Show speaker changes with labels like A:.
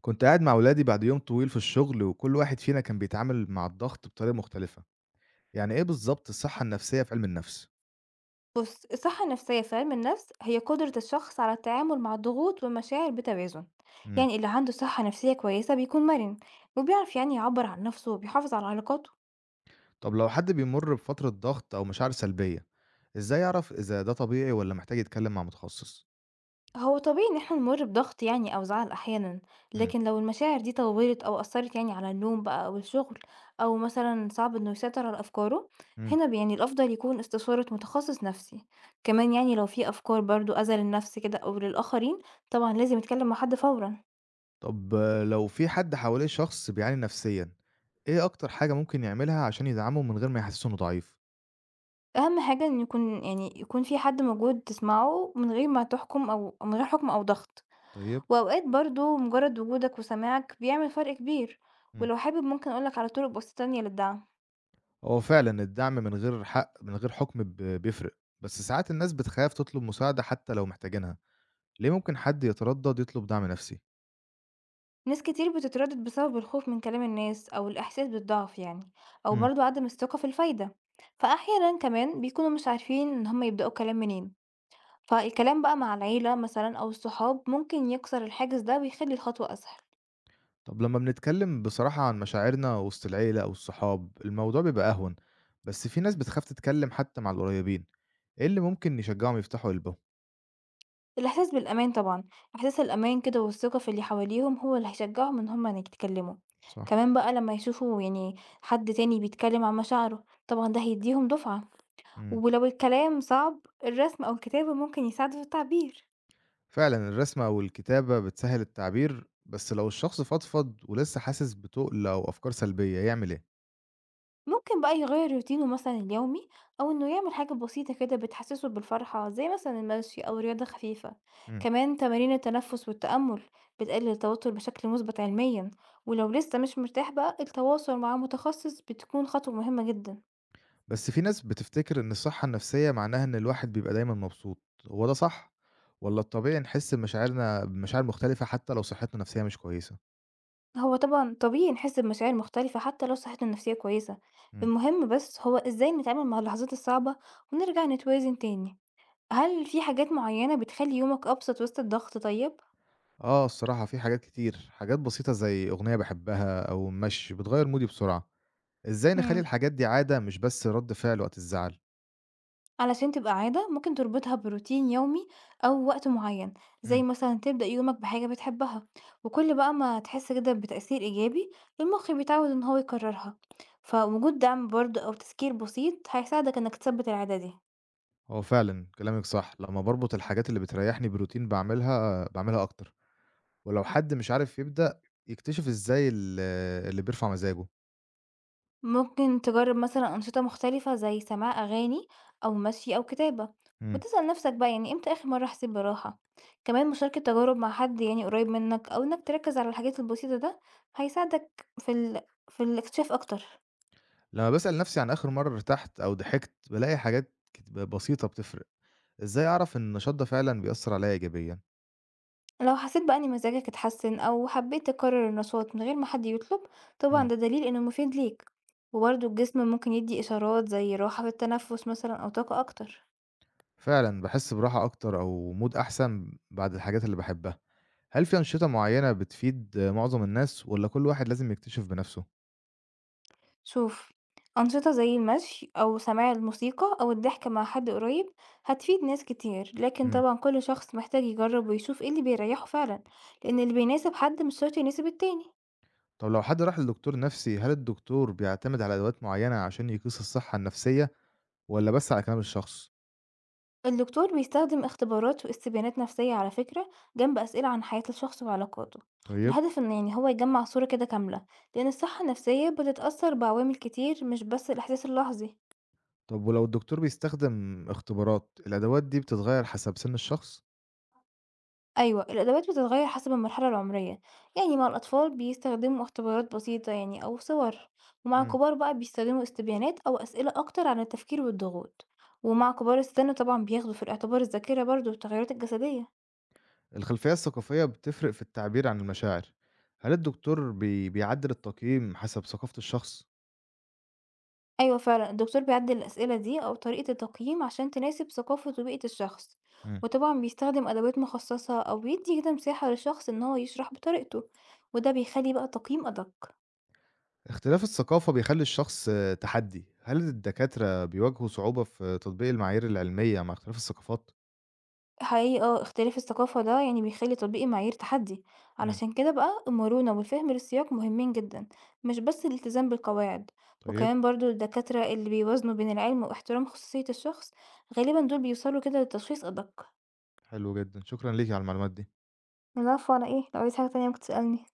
A: كنت قاعد مع ولادي بعد يوم طويل في الشغل، وكل واحد فينا كان بيتعامل مع الضغط بطريقة مختلفة. يعني ايه بالظبط الصحة النفسية في علم النفس؟
B: بُص، الصحة النفسية في علم النفس هي قدرة الشخص على التعامل مع الضغوط والمشاعر بتوازن.
A: مم.
B: يعني اللي عنده صحة نفسية كويسة بيكون مرن وبيعرف يعبر عن نفسه وبيحافظ على علاقاته.
A: طب لو حد بيمر بفترة ضغط أو مشاعر سلبية، ازاي يعرف إذا ده طبيعي ولا محتاج يتكلم مع متخصص؟
B: هو طبيعي إن احنا نمر بضغط أو زعل أحيانا،
A: مم.
B: لكن لو المشاعر دي طوّلت أو أثّرت على النوم بقى أو الشغل أو مثلًا صعب إنه يسيطر على أفكاره.
A: مم.
B: هنا ب يعني الأفضل يكون استشارة متخصص نفسي. كمان لو في أفكار برضه أذى للنفس كده أو للآخرين طبعًا لازم يتكلم مع حد فورًا.
A: طب لو في حد حواليه شخص بيعاني نفسيا، ايه أكتر حاجة ممكن يعملها عشان يدعمه من غير ما يحسسه إنه ضعيف؟
B: أهم حاجة إن يكون في حد موجود تسمعه من غير ما تحكم أو من غير حكم أو ضغط،
A: طيب.
B: وأوقات برضه مجرد وجودك وسماعك بيعمل فرق كبير.
A: مم.
B: ولو حابب ممكن أقولك على طرق بسيطة تانية للدعم.
A: هو فعلا الدعم من غير حكم بيفرق، بس ساعات الناس بتخاف تطلب مساعدة حتى لو محتاجينها. ليه ممكن حد يتردد يطلب دعم نفسي؟
B: ناس كتير بتتردد بسبب الخوف من كلام الناس أو الإحساس بالضعف، يعني أو
A: مم.
B: برضه عدم الثقة في الفايدة. فأحيانا كمان بيكونوا مش عارفين إن هما يبدأوا كلام منين، فالكلام بقى مع العيلة مثلا أو الصحاب ممكن يكسر الحاجز ده ويخلي الخطوة أسهل.
A: طب لما بنتكلم بصراحة عن مشاعرنا وسط العيلة أو الصحاب، الموضوع بيبقى أهون، بس في ناس بتخاف تتكلم حتى مع القريبين. إيه اللي ممكن يشجعهم يفتحوا قلبهم؟
B: الإحساس بالأمان طبعًا، إحساس الأمان كده والثقة في اللي حواليهم هو اللي هيشجعهم إن هُم يتكلموا.
A: صح.
B: كمان بقى لمّا يشوفوا حد تاني بيتكلم عن مشاعره، طبعًا ده هيديهم دفعة.
A: مم.
B: ولو الكلام صعب، الرسم أو الكتابة ممكن يساعدوا في التعبير.
A: فعلا الرسمة أو الكتابة بتسهل التعبير، بس لو الشخص فضفض ولسه حاسس بتقل أو أفكار سلبية يعمل إيه؟
B: ممكن بقى يغير روتينه مثلا اليومي، أو إنه يعمل حاجة بسيطة كده بتحسسه بالفرحة، زي مثلا المشي أو رياضة خفيفة.
A: مم.
B: كمان تمارين التنفس والتأمل بتقلل التوتر بشكل مثبت علميا. ولو لسه مش مرتاح بقى، التواصل مع متخصص بتكون خطوة مهمة جدا.
A: بس في ناس بتفتكر إن الصحة النفسية معناها إن الواحد بيبقى دايمًا مبسوط، هو ده صح؟ والّا الطبيعي نحس بمشاعر مختلفة حتى لو صحتنا النفسية مش كويسة؟
B: هو طبعا طبيعي نحس بمشاعر مختلفة حتى لو صحته النفسية كويسة.
A: إمم.
B: المهم بس هو إزاي نتعامل مع اللحظات الصعبة ونرجع نتوازن تاني. هل في حاجات معينة بتخلي يومك أبسط وسط الضغط طيب؟
A: آه، الصراحة في حاجات كتير، حاجات بسيطة زي أغنية باحبها أو المشي بتغيّر مودي بسرعة. إزاي نخلّي
B: مم.
A: الحاجات دي عادة مش بس رد فعل وقت الزعل؟
B: علشان تبقى عادة ممكن تربطها بروتين يومي أو وقت معين، زي
A: إمم.
B: مثلا تبدأ يومك بحاجة بتحبها. وكل بقى ما تحس كده بتأثير إيجابي، المخ بيتعود إن هو يكررها. فوجود دعم برضه أو تذكير بسيط هيساعدك إنك تثبت العادة دي.
A: هو فعلًا كلامِك صح، لمّا باربط الحاجات اللي بتريحني بروتين باعملها أكتر. ولو حد مش عارف يبدأ يكتشف إزاي اللي بيرفع مزاجه.
B: ممكن تجرب مثلا أنشطة مختلفة زي سماع أغاني أو مشي أو كتابة،
A: إمم.
B: وتسأل نفسك بقى إمتى آخر مرة حسيت براحة. كمان مشاركة تجارب مع حد قريب منك، أو إنك تركز على الحاجات البسيطة ده هيساعدك في الاكتشاف أكتر.
A: لما باسأل نفسي عن آخر مرة ارتحت أو ضحكت بالاقي حاجات بسيطة بتفرق. إزاي أعرف إن النشاط ده فعلا بيأثر عليا إيجابيا؟
B: لو حسيت بقى ان مزاجك اتحسن او حبيت تكرر النشاط من غير ما حد يطلب، طبعا
A: مم.
B: ده دليل انه مفيد ليك. وبرضه الجسم ممكن يدي اشارات زي راحة في التنفس مثلا او طاقة اكتر.
A: فعلا بحس براحة أكتر أو مود أحسن بعد الحاجات اللي بحبها. هل في أنشطة معينة بتفيد معظم الناس ولا كل واحد لازم يكتشف بنفسه؟
B: شوف، انشطة زي المشي او سماع الموسيقى او الضحك مع حد قريب هتفيد ناس كتير، لكن
A: مم.
B: طبعا كل شخص محتاج يجرب ويشوف ايه اللي بيريحه فعلا، لان اللي بيناسب حد مش شرط يناسب التاني.
A: طب لو حد راح لدكتور نفسي، هل الدكتور بيعتمد على أدوات معينة عشان يقيس الصحة النفسية ولا بس على كلام الشخص؟
B: الدكتور بيستخدم اختبارات واستبيانات نفسية على فكرة، جنب أسئلة عن حياة الشخص وعلاقاته.
A: طيب.
B: الهدف إن هو يجمع صورة كده كاملة، لأن الصحة النفسية بتتأثر بعوامل كتير مش بس الإحساس اللحظي.
A: طب ولو الدكتور بيستخدم اختبارات، الأدوات دي بتتغير حسب سن الشخص؟
B: أيوة، الأدوات بتتغير حسب المرحلة العمرية. يعني مع الأطفال بيستخدموا اختبارات بسيطة، أو صور. ومع الكبار بقى بيستخدموا استبيانات أو أسئلة أكتر عن التفكير والضغوط. ومع كبار السن طبعا بياخدوا في الاعتبار الذاكرة برضه والتغيرات الجسدية.
A: الخلفية الثقافية بتفرق في التعبير عن المشاعر. هل الدكتور بيعدل التقييم حسب ثقافة الشخص؟
B: أيوة فعلا، الدكتور بيعدل الأسئلة دي أو طريقة التقييم عشان تناسب ثقافة وبيئة الشخص.
A: مم.
B: وطبعا بيستخدم أدوات مخصصة أو بيدي كده مساحة للشخص إن هو يشرح بطريقته، وده بيخلي بقى التقييم أدق.
A: اختلاف الثقافة بيخلي الشخص تحدي. هل الدكاترة بيواجهوا صعوبة في تطبيق المعايير العلمية مع اختلاف الثقافات؟
B: حقيقي اه، اختلاف الثقافة ده بيخلي تطبيق المعايير تحدي.
A: مم.
B: علشان كده بقى المرونة والفهم للسياق مهمين جدا، مش بس الالتزام بالقواعد.
A: طيب.
B: وكمان برضو الدكاترة اللي بيوازنوا بين العلم واحترام خصوصية الشخص غالبا دول بيوصلوا كده لتشخيص أدق.
A: حلو جدا، شكرا ليك على المعلومات دي.
B: العفو، على ايه؟ لو عايز حاجة تانية ممكن تسألني.